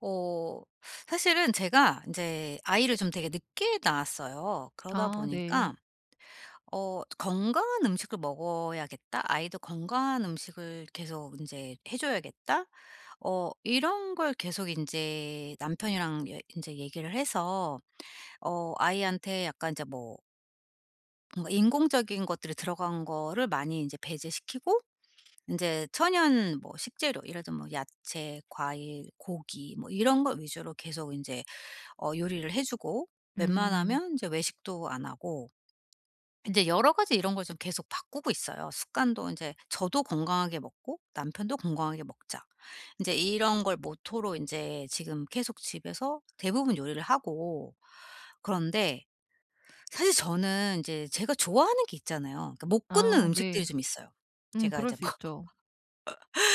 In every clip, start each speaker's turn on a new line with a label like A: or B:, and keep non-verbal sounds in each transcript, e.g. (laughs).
A: 어 사실은 제가 이제 아이를 좀 되게 늦게 낳았어요. 그러다
B: 아 네.
A: 보니까 '건강한 음식을 먹어야겠다. 아이도 건강한 음식을 계속 이제 해 줘야겠다.' 이런 걸 계속 이제 남편이랑 예제 얘기를 해서 아이한테 약간 인제 뭐, 뭔가 인공적인 것들이 들어간 거를 많이 이제 배제시키고, 이제 천연 뭐 식재료, 예를 들면 뭐 야채, 과일, 고기 뭐 이런 걸 위주로 계속 이제 요리를 해 주고,
B: 음.
A: 웬만하면 이제 외식도 안 하고, 이제 여러 가지 이런 걸 좀 계속 바꾸고 있어요. 습관도 이제 '저도 건강하게 먹고 남편도 건강하게 먹자.' 이제 이런 걸 모토로 이제 지금 계속 집에서 대부분 요리를 하고, 그런데 사실 저는 이제 제가 좋아하는 게 있잖아요. 그러니까 못 끊는
B: 아
A: 음식들이
B: 네.
A: 좀 있어요. 제가
B: 그럴
A: 이제
B: 수
A: 뭐
B: 있죠.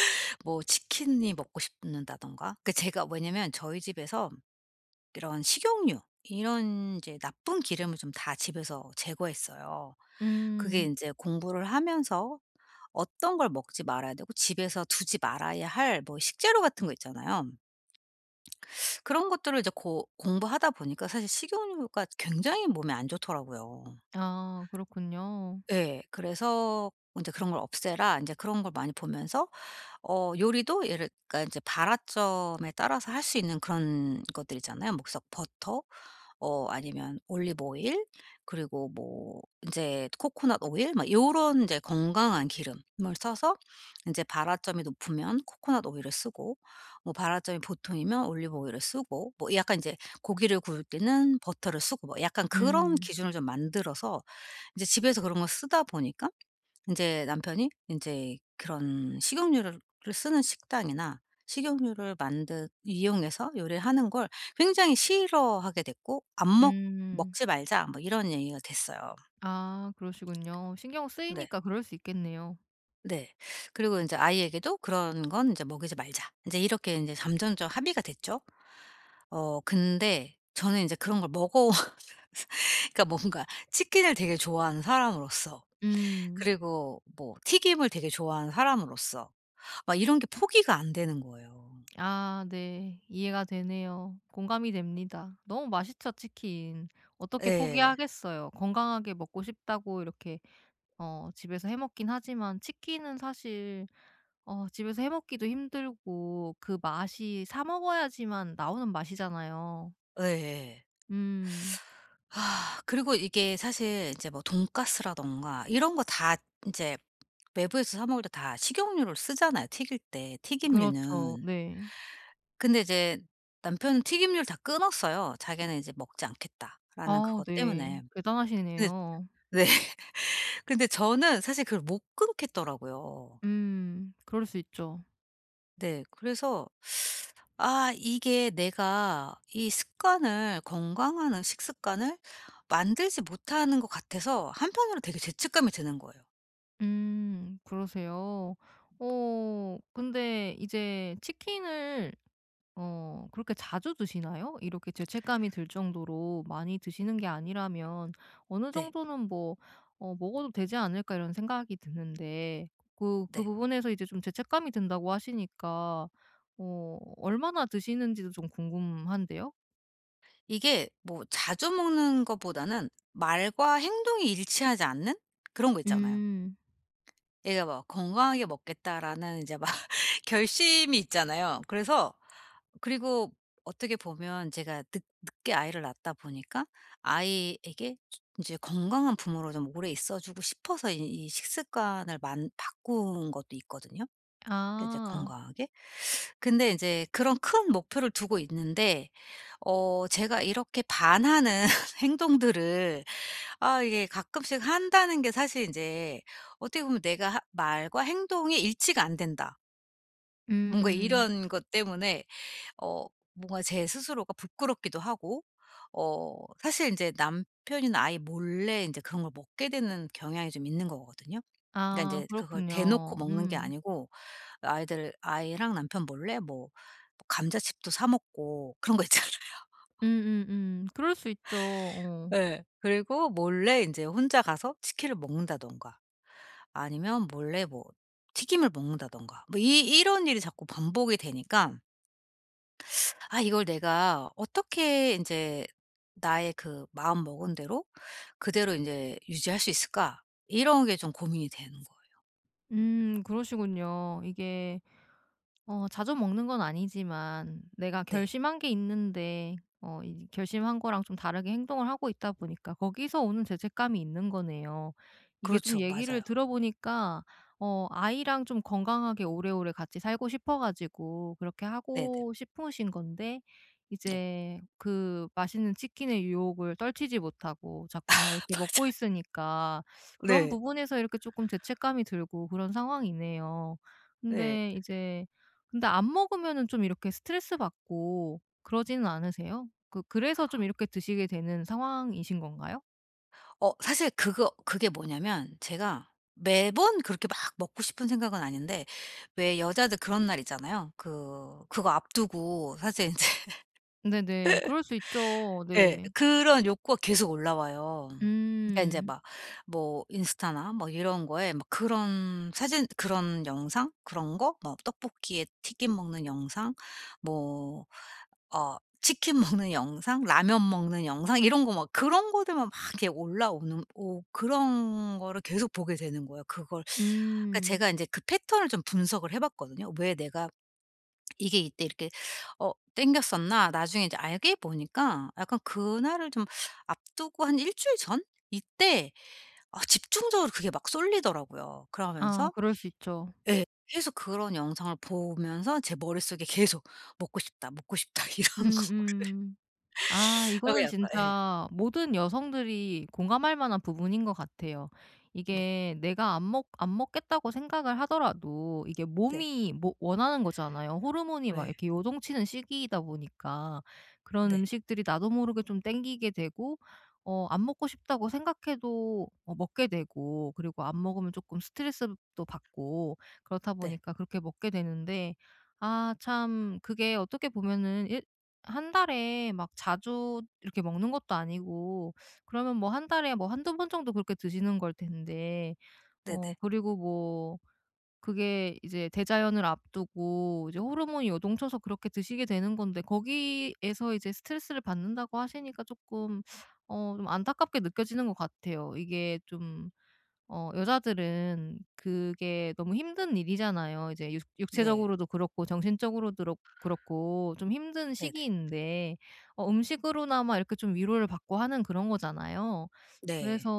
A: (laughs) 뭐 치킨이 먹고 싶는다든가. 그, 제가 왜냐면 저희 집에서 이런 식용유, 이런 이제 나쁜 기름을 좀 다 집에서 제거했어요. 그게
B: 음.
A: 인제 공부를 하면서, 어떤 걸 먹지 말아야 되고 집에서 두지 말아야 할 뭐 식재료 같은 거 있잖아요. 그런 것들을 이제 고 공부하다 보니까 사실 식용유가 굉장히 몸에 안 좋더라고요.
B: 아 그렇군요.
A: 예. 그래서 인제 '그런 걸 없애라.' 인제 그런 걸 많이 보면서, 요리도 예를, 그러니까 인제 발화점에 따라서 할 수 있는 그런 것들 있잖아요. 뭐 그래서 버터, 아니면 올리브 오일, 그리고 뭐 인제 코코넛 오일 막 요런 인제 건강한 기름을 써서, 인제 발화점이 높으면 코코넛 오일을 쓰고, 뭐 발화점이 보통이면 올리브 오일을 쓰고, 뭐 약간 인제 고기를 구울 때는 버터를 쓰고, 뭐 약간 그런
B: 음.
A: 기준을 좀 만들어서 이제 집에서 그런 걸 쓰다 보니까, 인제 남편이 인제 그런 식용유를 쓰는 식당이나 식용유를 만든 이용해서 요리를 하는 걸 굉장히 싫어하게 됐고, "안 먹
B: 음.
A: 먹지 말자." 뭐 이런 얘기가 됐어요.
B: 아 그러시군요. 신경
A: 네.
B: 쓰이니까 그럴 수 있겠네요.
A: 네. 그리고 인제 아이에게도 "그런 건 인제 먹이지 말자." 인제 이렇게 인제 잠정적 합의가 됐죠. 근데 저는 인제 그런 걸 먹어 (laughs) 그러니까 뭔가 치킨을 되게 좋아하는 사람으로서,
B: 음.
A: 그리고 뭐 튀김을 되게 좋아하는 사람으로서 막 이런 게 포기가 안 되는 거예요.
B: 아 네. 이해가 되네요. 공감이 됩니다. 너무 맛있죠, 치킨. 어떻게
A: 예.
B: 포기하겠어요. 건강하게 먹고 싶다고 이렇게 집에서 해 먹긴 하지만, 치킨은 사실 집에서 해 먹기도 힘들고 그 맛이 사 먹어야지만 나오는 맛이잖아요.
A: 예예.
B: 음.
A: 아, 그리고 이게 사실 이제 뭐 돈가스라든가 이런 거 다 인제 외부에서 사 먹을 때 다 식용유를 쓰잖아요, 튀길 때
B: 그렇죠.
A: 튀김유는.
B: 네.
A: 근데 이제 남편은 튀김유를 다 끊었어요. 자기는 이제 "먹지 않겠다."라는
B: 아
A: 그것
B: 네.
A: 때문에. 근데,
B: 대단하시네요.
A: 네. (laughs) 근데 저는 사실 그걸 못 끊겠더라고요.
B: 음. 그럴 수 있죠.
A: 네. 그래서 아, 이게 내가 이 습관을, 건강한 식습관을 만들지 못하는 것 같아서 한편으로 되게 죄책감이 드는 거예요.
B: 음. 그러세요. 근데 이제 치킨을 그렇게 자주 드시나요? 이렇게 죄책감이 들 정도로 많이 드시는 게 아니라면, 어느
A: 네.
B: 정도는 뭐 '먹어도 되지 않을까.' 이런 생각이 드는데, 그
A: 네.
B: 부분에서 이제 좀 죄책감이 든다고 하시니까 얼마나 드시는지도 좀 궁금한데요?
A: 이게 뭐 자주 먹는 것보다는 말과 행동이 일치하지 않는 그런 거 있잖아요.
B: 음.
A: 얘가 막 '건강하게 먹겠다.'라는 이제 막 (laughs) 결심이 있잖아요. 그래서, 그리고 어떻게 보면 제가 늦 늦게 아이를 낳다 보니까 아이에게 이제 건강한 부모로 좀 오래 있어 주고 싶어서 이 식습관을 만 바꾼 것도 있거든요, 그 이제
B: 아.
A: 건강하게. 근데 이제 그런 큰 목표를 두고 있는데, 제가 이렇게 반하는 (laughs) 행동들을, 아 이게 가끔씩 한다는 게 사실 이제, 어떻게 보면 '내가 하 말과 행동이 일치가 안 된다.' 뭔가
B: 음.
A: 이런 것 때문에, 어 뭔가 제 스스로가 부끄럽기도 하고, 사실 이제 남편이나 아이 몰래 이제 그런 걸 먹게 되는 경향이 좀 있는 거거든요. 그러니까
B: 아
A: 이제 그걸 대놓고
B: 그렇군요.
A: 먹는 게
B: 음.
A: 아니고, 아이들 아이랑 남편 몰래 뭐, 뭐 감자칩도 사 먹고 그런 거 있잖아요. (laughs)
B: 그럴 수 있죠. 어.
A: 예. 그리고 몰래 이제 혼자 가서 치킨을 먹는다든가, 아니면 몰래 뭐 튀김을 먹는다든가, 뭐 이 이런 일이 자꾸 반복이 되니까 아, 이걸 내가 어떻게 이제 나의 그 마음먹은 대로 그대로 이제 유지할 수 있을까? 이런 게 좀 고민이 되는 거예요.
B: 그러시군요. 이게 자주 먹는 건 아니지만 내가
A: 네.
B: 결심한 게 있는데, 이 결심한 거랑 좀 다르게 행동을 하고 있다 보니까 거기서 오는 죄책감이 있는 거네요. 이게 좀
A: 그렇죠.
B: 얘기를
A: 맞아요.
B: 들어보니까 아이랑 좀 건강하게 오래오래 같이 살고 싶어 가지고 그렇게
A: 네네.
B: 하고 싶으신 건데,
A: 네.
B: 이제 그 맛있는 치킨의 유혹을 떨치지 못하고 자꾸만
A: (laughs)
B: 이렇게 먹고
A: 맞아요.
B: 있으니까 그런
A: 네.
B: 부분에서 이렇게 조금 죄책감이 들고 그런 상황이네요.
A: 네.
B: 근데 이제 근데 안 먹으면은 좀 이렇게 스트레스 받고 그러지는 않으세요? 그래서 좀 이렇게 드시게 되는 상황이신 건가요?
A: 사실 그거, 그게 뭐냐면 제가 매번 그렇게 막 먹고 싶은 생각은 아닌데, 왜 여자들 그런 날 있잖아요. 그거 앞두고 사실 이제,
B: 네네. 그럴 수 있죠.
A: 예.
B: 네.
A: 그런 욕구가 계속 올라와요. 그러니까 인제
B: 음.
A: 막 뭐 인스타나 뭐 이런 거에 막 그런 사진, 그런 영상, 그런 거 뭐 떡볶이에 튀김 먹는 영상, 뭐 치킨 (laughs) 먹는 영상, 라면 먹는 영상, 이런 거 막 그런 것들만 막 이렇게 올라오는, 오 그런 거를 계속 보게 되는 거예요. 그걸, 그러니까
B: 음.
A: 제가 인제 그 패턴을 좀 분석을 해 봤거든요. 왜 내가 이게 이때 이렇게 땡겼었나, 나중에 이제 알게 보니까 약간 그날을 좀 앞두고 한 1주일 전 이때, 아 집중적으로 그게 막 쏠리더라고요.
B: 아
A: 그러면서,
B: 그럴 수 있죠.
A: 예 계속 그런 영상을 보면서 제 머릿속에 계속 '먹고 싶다, 먹고 싶다.' (laughs) 이런 거.
B: 음음. 아,
A: 여기
B: 이거는
A: 약간 예.
B: 진짜 모든 여성들이 공감할 만한 부분인 것 같아요.
A: 네.
B: 이게 내가 안 먹겠다고 생각을 하더라도 이게
A: 네.
B: 몸이 뭐 원하는 거잖아요. 호르몬이 막
A: 네.
B: 이렇게 요동치는 시기이다 보니까 그런
A: 네.
B: 음식들이 나도 모르게 좀 땡기게 되고, 안 먹고 싶다고 생각해도 먹게 되고, 그리고 안 먹으면 조금 스트레스도 받고 그렇다
A: 네.
B: 보니까 그렇게 먹게 되는데. 아 참, 그게 어떻게 보면은 한 달에 막 자주 이렇게 먹는 것도 아니고, 그러면 뭐 한 달에 뭐 한두 번 정도 그렇게 드시는 걸 텐데.
A: 네 네.
B: 그리고 뭐 그게 이제 대자연을 앞두고 이제 호르몬이 요동쳐서 그렇게 드시게 되는 건데, 거기에서 이제 스트레스를 받는다고 하시니까 조금 좀 안타깝게 느껴지는 것 같아요. 이게 좀 여자들은 그게 너무 힘든 일이잖아요. 이제 육
A: 네.
B: 육체적으로도 그렇고, 정신적으로도 그렇고, 좀 힘든
A: 네네. 네.
B: 시기인데 음식으로나마 이렇게 좀 위로를 받고 하는 그런 거잖아요.
A: 네.
B: 그래서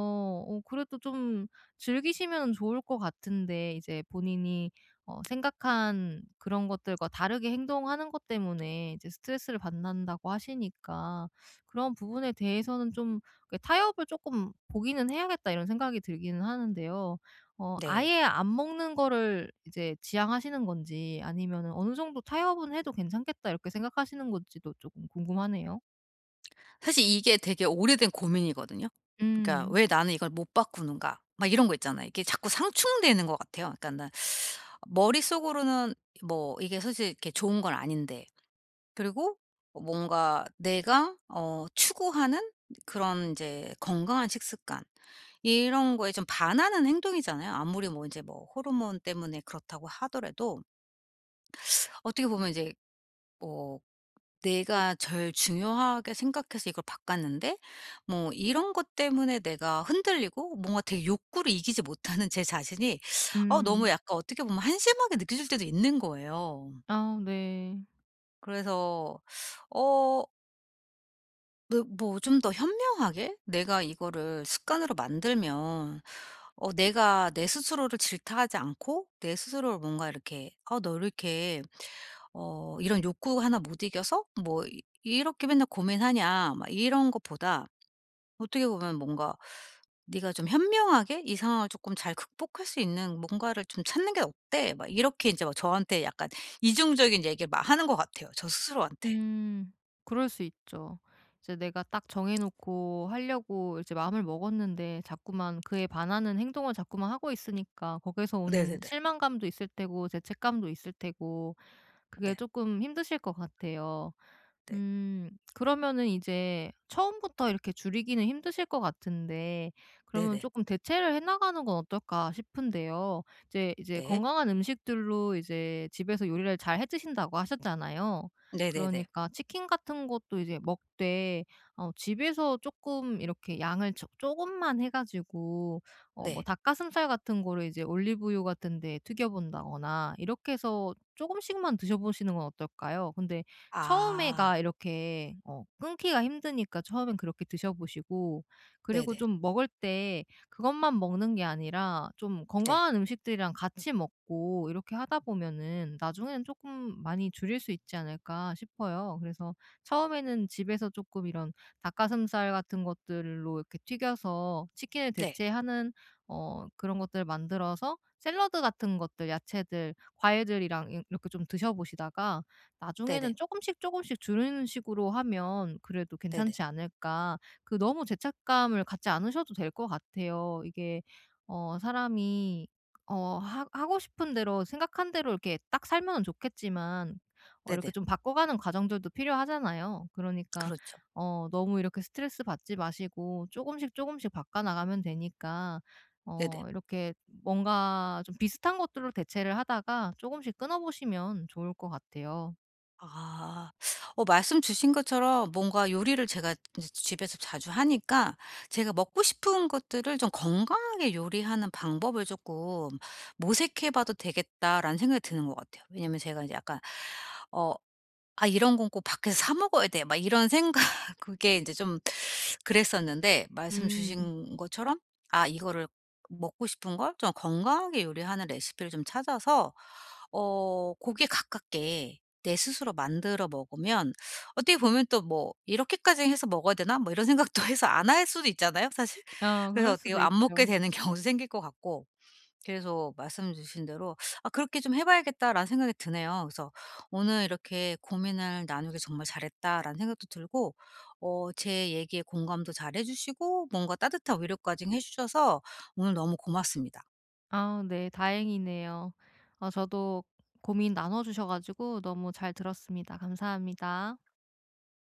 B: 그래도 좀 즐기시면 좋을 것 같은데, 이제 본인이 생각한 그런 것들과 다르게 행동하는 것 때문에 이제 스트레스를 받는다고 하시니까, 그런 부분에 대해서는 좀 그 '타협을 조금 보기는 해야겠다.' 이런 생각이 들기는 하는데요.
A: 네.
B: 아예 안 먹는 거를 이제 지향하시는 건지, 아니면은 '어느 정도 타협은 해도 괜찮겠다.' 이렇게 생각하시는 건지도 조금 궁금하네요.
A: 사실 이게 되게 오래된 고민이거든요. 그러니까
B: 음.
A: '왜 나는 이걸 못 바꾸는가.' 막 이런 거 있잖아요. 이게 자꾸 상충되는 것 같아요. 그러니까 나 머릿속으로는, 뭐 이게 사실 이렇게 좋은 건 아닌데, 그리고 뭔가 내가 추구하는 그런 이제 건강한 식습관, 이런 거에 좀 반하는 행동이잖아요. 아무리 뭐 이제 뭐 호르몬 때문에 그렇다고 하더라도, 어떻게 보면 이제 뭐 내가 절 중요하게 생각해서 이걸 바꿨는데, 뭐 이런 것 때문에 내가 흔들리고 뭔가 되게 욕구를 이기지 못하는 제 자신이 너무
B: 음.
A: 약간, 어떻게 보면 한심하게 느껴질 때도 있는 거예요.
B: 아 네.
A: 그래서, 어 그 뭐 좀 더 현명하게 내가 이거를 습관으로 만들면, 내가 내 스스로를 질타하지 않고 내 스스로를 뭔가 이렇게 '아 너 이렇게 이런 욕구 하나 못 이겨서 뭐 이 이렇게 맨날 고민하냐.' 막 이런 것보다, 어떻게 보면 뭔가 '네가 좀 현명하게 이 상황을 쪼끔 잘 극복할 수 있는 뭔가를 좀 찾는 게 어때?' 막 이렇게 인제 막 저한테 약간 이중적인 얘기를 막 하는 것 같아요, 저 스스로한테.
B: 음. 그럴 수 있죠. 이제 내가 딱 정해 놓고 하려고 이제 마음을 먹었는데, 자꾸만 그에 반하는 행동을 자꾸만 하고 있으니까 거기서 오는
A: 네네네.
B: 실망감도 있을 테고 죄책감도 있을 테고, 그게
A: 네.
B: 조금 힘드실 것 같아요.
A: 네.
B: 음. 그러면은 이제 처음부터 이렇게 줄이기는 힘드실 것 같은데, 그러면
A: 네네.
B: 조금 대체를 해 나가는 건 어떨까 싶은데요. 이제
A: 네.
B: 건강한 음식들로 이제 집에서 요리를 잘 해 드신다고 하셨잖아요.
A: 네네네.
B: 그러니까 치킨 같은 것도 이제 먹되, 집에서 조금 이렇게 양을 조 조금만 해 가지고, 뭐
A: 네.
B: 닭가슴살 같은 거를 이제 올리브유 같은 데 튀겨 본다거나 이렇게 해서 조금씩만 드셔 보시는 건 어떨까요? 근데
A: 아
B: 처음에가 이렇게 끊기가 힘드니까 처음엔 그렇게 드셔 보시고, 그리고
A: 네네.
B: 좀 먹을 때 그것만 먹는 게 아니라 좀
A: 네.
B: 건강한 음식들이랑 같이 먹고 이렇게 하다 보면은 나중에는 조금 많이 줄일 수 있지 않을까 싶어요. 그래서 처음에는 집에서 조금 이런 닭가슴살 같은 것들로 이렇게 튀겨서 치킨을
A: 네.
B: 대체하는 그런 것들을 만들어서 샐러드 같은 것들, 야채들, 과일들이랑 이 이렇게 좀 드셔 보시다가,
A: 네네.
B: 나중에는 조금씩 조금씩 줄이는 식으로 하면 그래도
A: 네네.
B: 괜찮지 않을까. 그 너무 죄책감을 갖지 않으셔도 될 것 같아요. 이게 사람이 하 하고 싶은 대로 생각한 대로 이렇게 딱 살면은 좋겠지만, 이렇게
A: 네네.
B: 좀 바꿔가는 과정들도 필요하잖아요. 그러니까
A: 그렇죠.
B: 너무 이렇게 스트레스 받지 마시고 조금씩 조금씩 바꿔나가면 되니까,
A: 네네.
B: 이렇게 뭔가 좀 비슷한 것들로 대체를 하다가 조금씩 끊어보시면 좋을 것 같아요.
A: 아. 말씀 주신 것처럼 뭔가 요리를 제가 이제 집에서 자주 하니까, 제가 먹고 싶은 것들을 좀 건강하게 요리하는 방법을 쪼끔 '모색해 봐도 되겠다.'라는 생각이 드는 것 같아요. 왜냐면 제가 이제 약간 어 '아 이런 건 꼭 밖에서 사 먹어야 돼.' 막 이런 생각 (laughs) 그게 인제 좀 그랬었는데, 말씀
B: 음.
A: 주신 것처럼 아 이거를 먹고 싶은 걸 좀 건강하게 요리하는 레시피를 좀 찾아서 고기에 가깝게 내 스스로 만들어 먹으면, 어떻게 보면 또 뭐 '이렇게까지 해서 먹어야 되나?' 뭐 이런 생각도 해서 안 할 수도 있잖아요 사실.
B: 아
A: 그래서
B: 그럴
A: 어떻게
B: 수도
A: 안 먹게
B: 있죠.
A: 되는 경우도 생길 것 같고, 그래서 말씀 주신 대로 '아 그렇게 좀 해 봐야겠다.'라는 생각이 드네요. 그래서 오늘 이렇게 고민을 나누길 정말 잘했다라는 생각도 들고, 제 얘기에 공감도 잘해 주시고 뭔가 따뜻한 위로까지 해 주셔서 오늘 너무 고맙습니다.
B: 아 네, 다행이네요. 저도 고민 나눠 주셔 가지고 너무 잘 들었습니다. 감사합니다.